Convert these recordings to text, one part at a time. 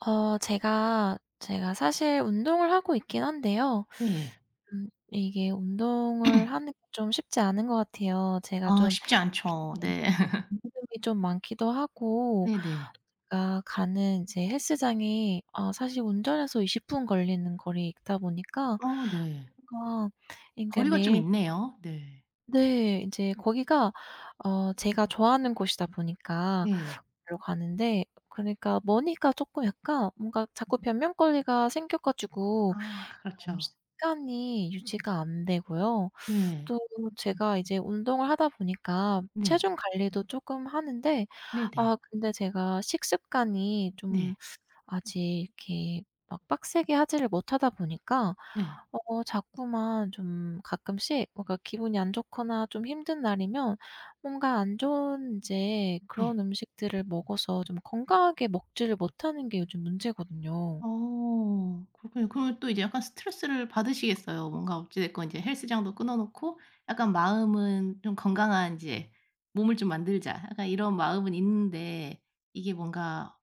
제가 사실 운동을 하고 있긴 한데요. 네. 이게 운동을 하는 게 좀 쉽지 않은 것 같아요. 제가 아 좀 쉽지 않죠. 네. 운동이 좀 많기도 하고 네네. 제가 가는 이제 헬스장이 사실 운전해서 20분 걸리는 거리이다 보니까 어 네. 뭔가 그러니까 거리가 좀 매일, 있네요. 네. 네, 이제 거기가 제가 좋아하는 곳이다 보니까 네. 로 가는데, 그러니까 머니가 쪼끔 약간 뭔가 자꾸 변명거리가 생겨 가지고, 아 음, 그렇죠. 습관이 유지가 안 되고요. 네. 또 제가 이제 운동을 하다 보니까 네. 체중 관리도 쪼끔 하는데 네 네. 아 근데 제가 식습관이 좀 네. 아직 이렇게 막 빡세게 하지를 못하다 보니까 네. 자꾸만 좀 가끔씩 뭔가 기분이 안 좋거나 좀 힘든 날이면 뭔가 안 좋은 인제 네. 그런 음식들을 먹어서 좀 건강하게 먹지를 못하는 게 요즘 문제거든요. 어 그렇군요. 그러면 또 이제 약간 스트레스를 받으시겠어요. 뭔가 어찌 됐건 이제 헬스장도 끊어 놓고 약간 마음은 좀 건강한 이제 '몸을 좀 만들자.' 약간 이런 마음은 있는데 이게 뭔가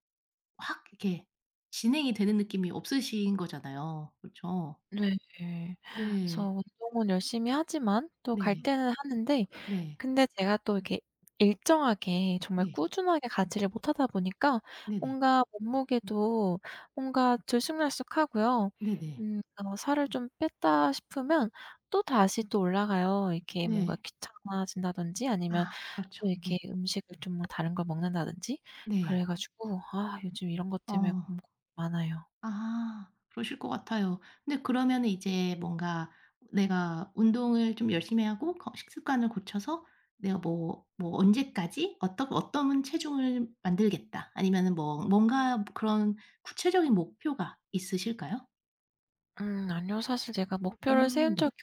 확 이렇게 진행이 되는 느낌이 없으신 거잖아요. 그렇죠? 네. 그래서 네. 운동은 열심히 하지만 또 갈 네. 때는 하는데, 네. 근데 제가 또 이렇게 일정하게 정말 네. 꾸준하게 가지를 못하다 보니까 네네. 뭔가 몸무게도 뭔가 들쑥날쑥하고요. 네네. 살을 좀 뺐다 싶으면 또다시 또 올라가요. 이렇게 뭔가 네. 귀찮아진다든지, 아니면 아 그렇죠. 또 이렇게 네. 음식을 좀 뭐 다른 걸 먹는다든지, 네. 그래 가지고 아 요즘 이런 것 때문에 어. 고민 많아요. 아 그러실 것 같아요. 근데 그러면은 이제 뭔가 내가 운동을 좀 열심히 하고 거 식습관을 고쳐서 내가 뭐 뭐 '언제까지 어떤 어떤 체중을 만들겠다.' 아니면은 뭐 뭔가 그런 구체적인 목표가 있으실까요? 아니요. 사실 제가 목표를 세운 네. 적이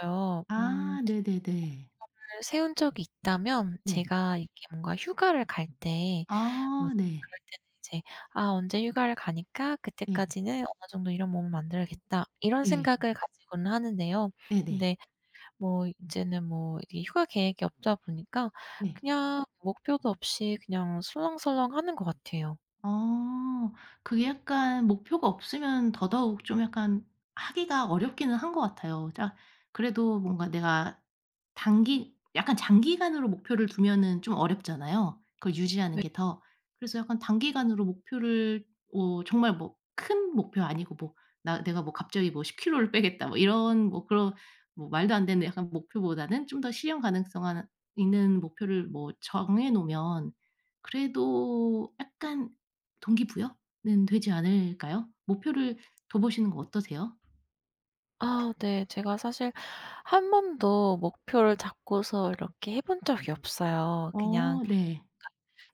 없어요. 음, 아 네네네. 늘 세운 적이 있다면 네. 제가 이렇게 뭔가 휴가를 갈 때, 뭐 아 네. 그럴 때는 이제 '아 언제 휴가를 가니까 네. 그때까지는 어느 정도 이런 몸을 만들어야겠다.' 이런 네. 생각을 가지고는 하는데요. 네네. 근데 뭐 이제는 뭐 이게 휴가 계획이 없다 보니까 네. 그냥 목표도 없이 그냥 설렁설렁 하는 것 같아요. 어 그게 약간 목표가 없으면 더더욱 좀 약간 하기가 어렵기는 한 것 같아요. 자 그래도 뭔가 내가 단기 약간 장기간으로 목표를 두면은 좀 어렵잖아요, 그걸 유지하는 네. 게 더. 그래서 약간 단기간으로 목표를 어 정말 뭐 큰 목표 아니고 뭐 나 내가 뭐 갑자기 뭐 10 킬로를 빼겠다 뭐 이런 뭐 그런 뭐 말도 안 되는 약간 목표보다는 좀 더 실현 가능성 있는 목표를 뭐 정해 놓으면 그래도 약간 동기부여는 되지 않을까요? 목표를 둬 보시는 거 어떠세요? 아 네. 제가 사실 한 번도 목표를 잡고서 이렇게 해본 적이 없어요. 그냥 어 네.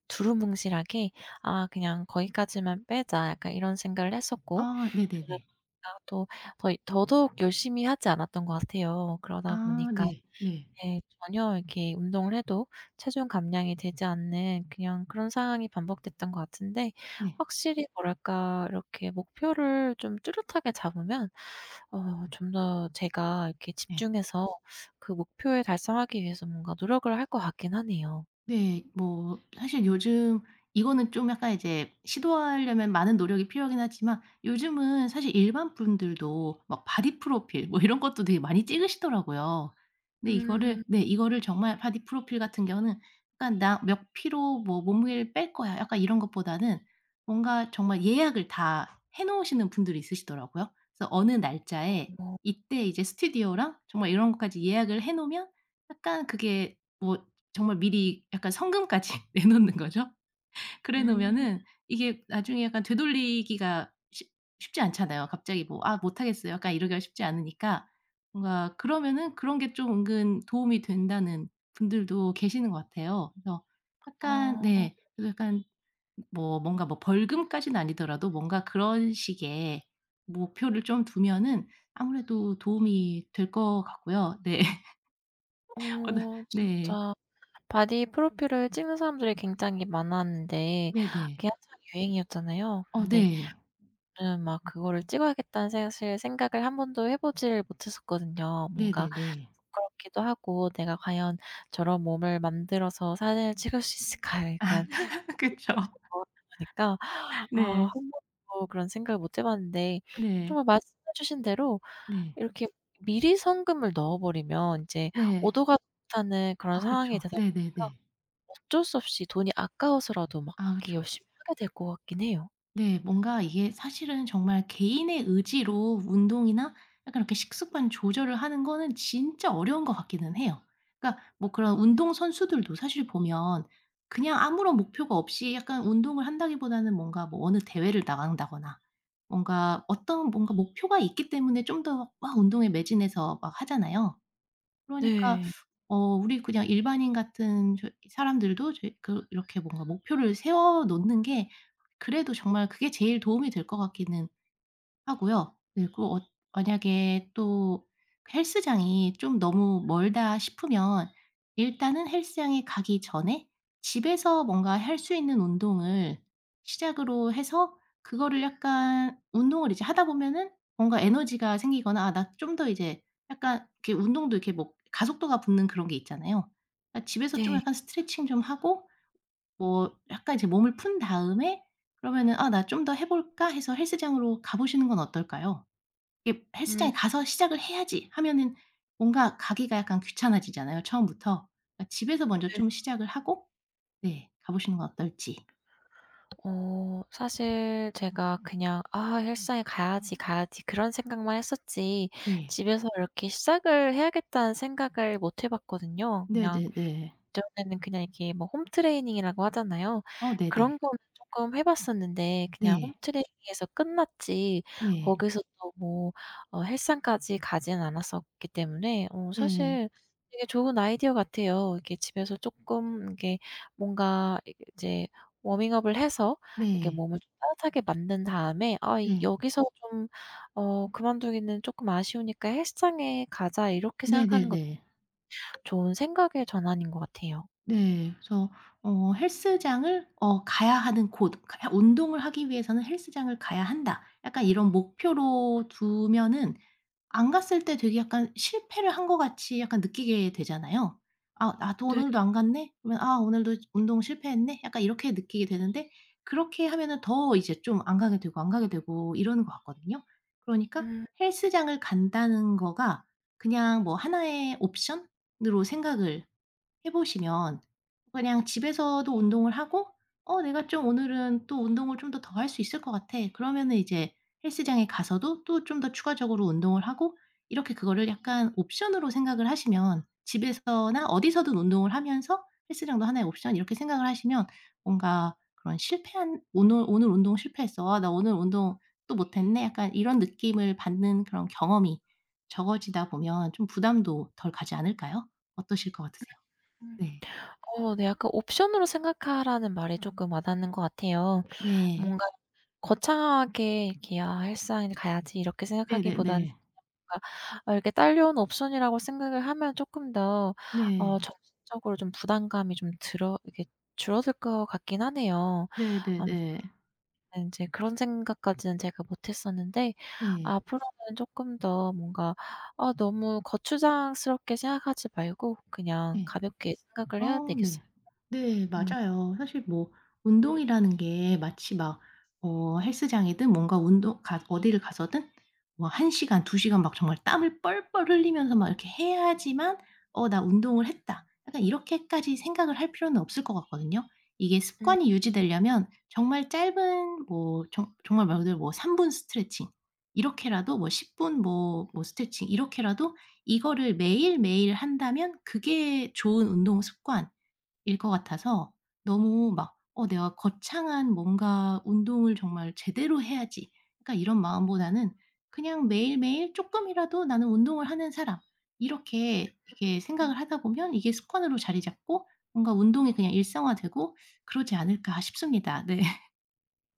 두루뭉실하게 '아 그냥 거기까지만 빼자.' 약간 이런 생각을 했었고, 아 그러다 네네네. 보니까 또 더 더더욱 열심히 하지 않았던 것 같아요. 그러다 아 보니까, 네. 네. 네, 전혀 이렇게 운동을 해도 체중 감량이 되지 않는 그냥 그런 상황이 반복됐던 것 같은데, 네. 확실히 뭐랄까 이렇게 목표를 좀 뚜렷하게 잡으면 좀 더 제가 이렇게 네. 집중해서 그 목표에 달성하기 위해서 뭔가 노력을 할 것 같긴 하네요. 네. 뭐 사실 요즘 이거는 좀 약간 이제 시도하려면 많은 노력이 필요하긴 하지만 요즘은 사실 일반 분들도 막 바디 프로필 뭐 이런 것도 되게 많이 찍으시더라고요. 근데 음 이거를 네 이거를 정말 바디 프로필 같은 경우는 약간 '나 몇 키로 뭐 몸무게를 뺄 거야.' 약간 이런 것보다는 뭔가 정말 예약을 다 해 놓으시는 분들이 있으시더라고요. 그래서 어느 날짜에 뭐 이때 이제 스튜디오랑 정말 이런 것까지 예약을 해 놓으면 약간 그게 뭐 정말 미리 약간 성금까지 내놓는 거죠. 그래 음 놓으면은 이게 나중에 약간 되돌리기가 쉽 쉽지 않잖아요. 갑자기 뭐 '아 못하겠어요.' 약간 이러기가 쉽지 않으니까 뭔가 그러면은 그런 게 좀 은근 도움이 된다는 분들도 계시는 것 같아요. 그래서 약간 어 네 그래서 약간 뭐 뭔가 뭐 벌금까지는 아니더라도 뭔가 그런 식의 목표를 좀 두면은 아무래도 도움이 될 것 같고요. 네. 어 네. 진짜 바디 프로필을 찍는 사람들이 굉장히 많았는데 네네. 그게 한창 유행이었잖아요. 어 근데 네. 저는 막 그거를 찍어야겠다는 사실 생각을 한 번도 해 보질 못했었거든요. 뭔가 네네네. 부끄럽기도 하고 '내가 과연 저런 몸을 만들어서 사진을 찍을 수 있을까?' 아 약간 그쵸. 러니까 아 네. 한 번도 그런 생각을 못해 봤는데 네. 정말 말씀해 주신 대로 네. 이렇게 미리 성금을 넣어 버리면 이제 네. 오도 가도 못하는 그런 아 상황이 그쵸. 되다 보니까 네네네. 어쩔 수 없이 돈이 아까워서라도 막 아 이렇게 그쵸. 열심히 하게 될 것 같긴 해요. 네. 뭔가 이게 사실은 정말 개인의 의지로 운동이나 약간 이렇게 식습관 조절을 하는 거는 진짜 어려운 것 같기는 해요. 그러니까 뭐 그런 운동 선수들도 사실 보면 그냥 아무런 목표가 없이 약간 운동을 한다기보다는 뭔가 뭐 어느 대회를 나간다거나 뭔가 어떤 뭔가 목표가 있기 때문에 좀 더 막 운동에 매진해서 막 하잖아요. 그러니까 네. 어 우리 그냥 일반인 같은 저 사람들도 저희 그 이렇게 뭔가 목표를 세워 놓는 게 그래도 정말 그게 제일 도움이 될 것 같기는 하고요. 네 그 어 만약에 또 그 헬스장이 좀 너무 멀다 싶으면 일단은 헬스장에 가기 전에 집에서 뭔가 할 수 있는 운동을 시작으로 해서 그거를 약간 운동을 이제 하다 보면은 뭔가 에너지가 생기거나 '아 나 좀 더 이제' 약간 이렇게 운동도 이렇게 뭐 가속도가 붙는 그런 게 있잖아요. 그러니까 집에서 좀 네. 약간 스트레칭 좀 하고 뭐 약간 이제 몸을 푼 다음에 그러면은 '아 나 좀 더 해 볼까?' 해서 헬스장으로 가 보시는 건 어떨까요? 이게 음. 헬스장에 가서 시작을 해야지 하면은 뭔가 가기가 약간 귀찮아지잖아요 처음부터. 그러니까 집에서 먼저 네. 좀 시작을 하고 네 가 보시는 건 어떨지. 사실 제가 그냥 '아 헬스장에 가야지, 가야지.' 그런 생각만 했었지 네. 집에서 이렇게 시작을 해야겠다는 생각을 못 해 봤거든요. 그냥 네네네. 예전에는 그냥 이렇게 뭐 홈트레이닝이라고 하잖아요. 어 네네. 그런 거는 쪼끔 해 봤었는데 그냥 네. 홈트레이닝에서 끝났지 네. 거기서 또 뭐 헬스장까지 가지는 않았었기 때문에 어 네. 네. 사실 되게 좋은 아이디어 같아요. 이렇게 집에서 쪼끔 이게 뭔가 이 이제 워밍업을 해서 이렇게 네. 몸을 좀 따뜻하게 만든 다음에 '아 이 네. 여기서 좀 어 그만두기는 쪼끔 아쉬우니까 헬스장에 가자.' 이렇게 생각하는 것도 네네네. 좋은 생각의 전환인 것 같아요. 네. 그래서 어 헬스장을 어 가야 하는 곳 가 '운동을 하기 위해서는 헬스장을 가야 한다.' 약간 이런 목표로 두면은 안 갔을 때 되게 약간 실패를 한 것 같이 약간 느끼게 되잖아요. '아 나도 네. 오늘도 안 갔네.' 그러면 '아 오늘도 운동 실패했네.' 약간 이렇게 느끼게 되는데 그렇게 하면은 더 이제 좀 안 가게 되고 안 가게 되고 이러는 것 같거든요. 그러니까 음. 헬스장을 간다는 거가 그냥 뭐 하나의 옵션으로 생각을 해 보시면 그냥 집에서도 운동을 하고 '어 내가 좀 오늘은 또 운동을 좀 더 더 할 수 있을 것 같아.' 그러면은 이제 헬스장에 가서도 또 좀 더 추가적으로 운동을 하고 이렇게 그거를 약간 옵션으로 생각을 하시면 집에서나 어디서든 운동을 하면서 헬스장도 하나의 옵션 이렇게 생각을 하시면 뭔가 그런 실패한 '오늘 오늘 운동 실패했어. 아 나 오늘 운동 또 못했네.' 약간 이런 느낌을 받는 그런 경험이 적어지다 보면 좀 부담도 덜 가지 않을까요? 어떠실 것 같으세요? 네. 어 네. 약간 옵션으로 생각하라는 말이 쪼끔 와닿는 것 같아요. 네. 뭔가 거창하게 이렇게 '아 헬스장에 가야지.' 이렇게 생각하기보다는, 네네네. 뭔가 아 이렇게 딸려온 옵션이라고 생각을 하면 쪼끔 더 네. 정신적으로 좀 부담감이 좀 들어 이렇게 줄어들 것 같긴 하네요. 아 네네네. 네 인제 그런 생각까지는 제가 못 했었는데 네. 앞으로는 쪼끔 더 뭔가 아 너무 거추장스럽게 생각하지 말고 그냥 네. 가볍게 생각을 해야 어 네. 되겠어요. 네 맞아요. 사실 뭐 운동이라는 게 마치 막 어 헬스장이든 뭔가 운동 가 어디를 가서든 뭐 1 시간 2 시간 막 정말 땀을 뻘뻘 흘리면서 막 이렇게 해야지만 '어 나 운동을 했다.' 약간 이렇게까지 생각을 할 필요는 없을 것 같거든요. 이게 음. 습관이 유지되려면 정말 짧은 뭐 정 정말 말 그대로 뭐 3 분 스트레칭 이렇게라도 뭐 10 분 뭐 뭐 스트레칭 이렇게라도 이거를 매일매일 한다면 그게 좋은 운동 습관일 것 같아서 너무 막 '어 내가 거창한 뭔가 운동을 정말 제대로 해야지.' 약간 이런 마음보다는 그냥 매일매일 쪼끔이라도 '나는 운동을 하는 사람.' 이렇게 이렇게 생각을 하다 보면 이게 습관으로 자리 잡고 뭔가 운동이 그냥 일상화되고 그러지 않을까 싶습니다. 네.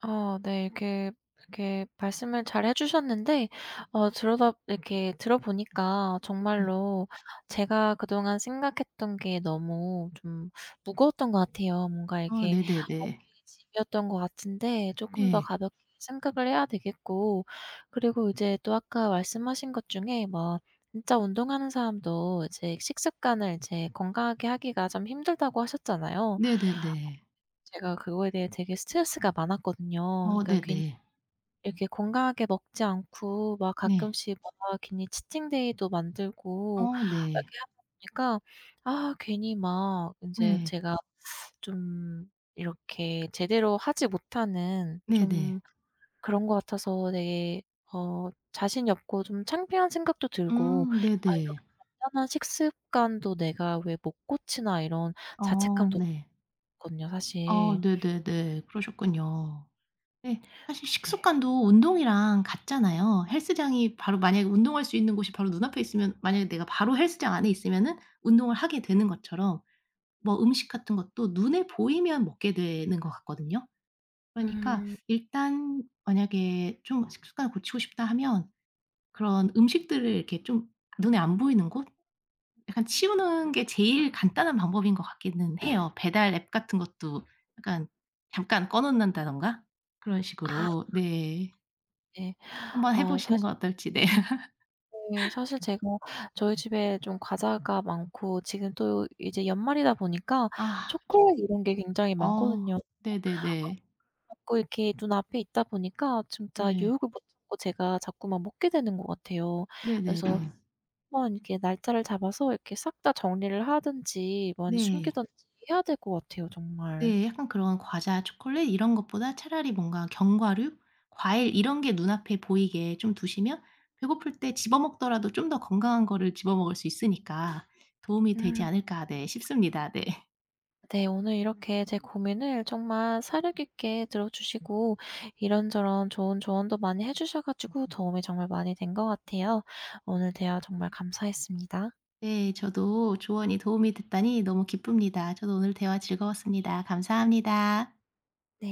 어 네. 이렇게 말씀을 잘해 주셨는데 어 들어다 이렇게 들어보니까 네. 정말로 제가 그동안 생각했던 게 너무 좀 무거웠던 것 같아요. 뭔가 아 이게 렇 네네네. 어깨에 짐이었던 것 같은데 조금 더 네. 가볍게 생각을 해야 되겠고, 그리고 이제 또 아까 말씀하신 것 중에 뭐 진짜 운동하는 사람도 이제 식습관을 이제 건강하게 하기가 좀 힘들다고 하셨잖아요. 네네네. 제가 그거에 대해 되게 스트레스가 많았거든요. 어 그러니까 괜히 네네. 이렇게 건강하게 먹지 않고 막 네. 가끔씩 막 괜히 치팅데이도 만들고 어 네. 이렇게 하다 보니까 아 괜히 막 인제 네. 제가 좀 이렇게 제대로 하지 못하는 네네. 좀 그런 것 같아서 되게 자신이 없고 좀 창피한 생각도 들고 '아 이렇게 네네. 간단한 식습관도 내가 왜 못 고치나.' 이런 어 자책감도 네. 거든요 어, 사실. 네네네. 그러셨군요. 네 사실 네. 식습관도 운동이랑 같잖아요. 헬스장이 바로 만약에 운동할 수 있는 곳이 바로 눈앞에 있으면 만약에 내가 바로 헬스장 안에 있으면은 운동을 하게 되는 것처럼 뭐 음식 같은 것도 눈에 보이면 먹게 되는 것 같거든요. 그러니까 음. 일단 만약에 좀 식습관을 고치고 싶다 하면 그런 음식들을 이렇게 좀 눈에 안 보이는 곳? 약간 치우는 게 제일 간단한 방법인 것 같기는 해요. 배달 앱 같은 것도 약간 잠깐 꺼 놓는다든가 그런 아 식으로 네. 네. 한번 해 아 보시는 사실, 건 어떨지 네. 네 사실 제가 저희 집에 좀 과자가 많고 지금 또 이제 연말이다 보니까 아 그쵸. 초콜릿 이런 게 굉장히 어 많거든요. 네네네. 자꾸 이렇게 눈앞에 있다 보니까 진짜 네. 유혹을 못 참고 제가 자꾸만 먹게 되는 것 같아요. 네네네. 그래서 한번 이렇게 날짜를 잡아서 이렇게 싹 다 정리를 하든지 뭐 아니면 네. 숨기든지 해야 될 것 같아요 정말. 네. 약간 그런 과자, 초콜릿 이런 것보다 차라리 뭔가 견과류, 과일 이런 게 눈앞에 보이게 좀 두시면 배고플 때 집어 먹더라도 좀 더 건강한 거를 집어 먹을 수 있으니까 도움이 되지 음. 않을까 네 싶습니다. 네. 네, 오늘 이렇게 제 고민을 정말 사려 깊게 들어주시고 이런저런 좋은 조언도 많이 해주셔 가지고 도움이 정말 많이 된 것 같아요. 오늘 대화 정말 감사했습니다. 네. 저도 조언이 도움이 됐다니 너무 기쁩니다. 저도 오늘 대화 즐거웠습니다. 감사합니다. 네.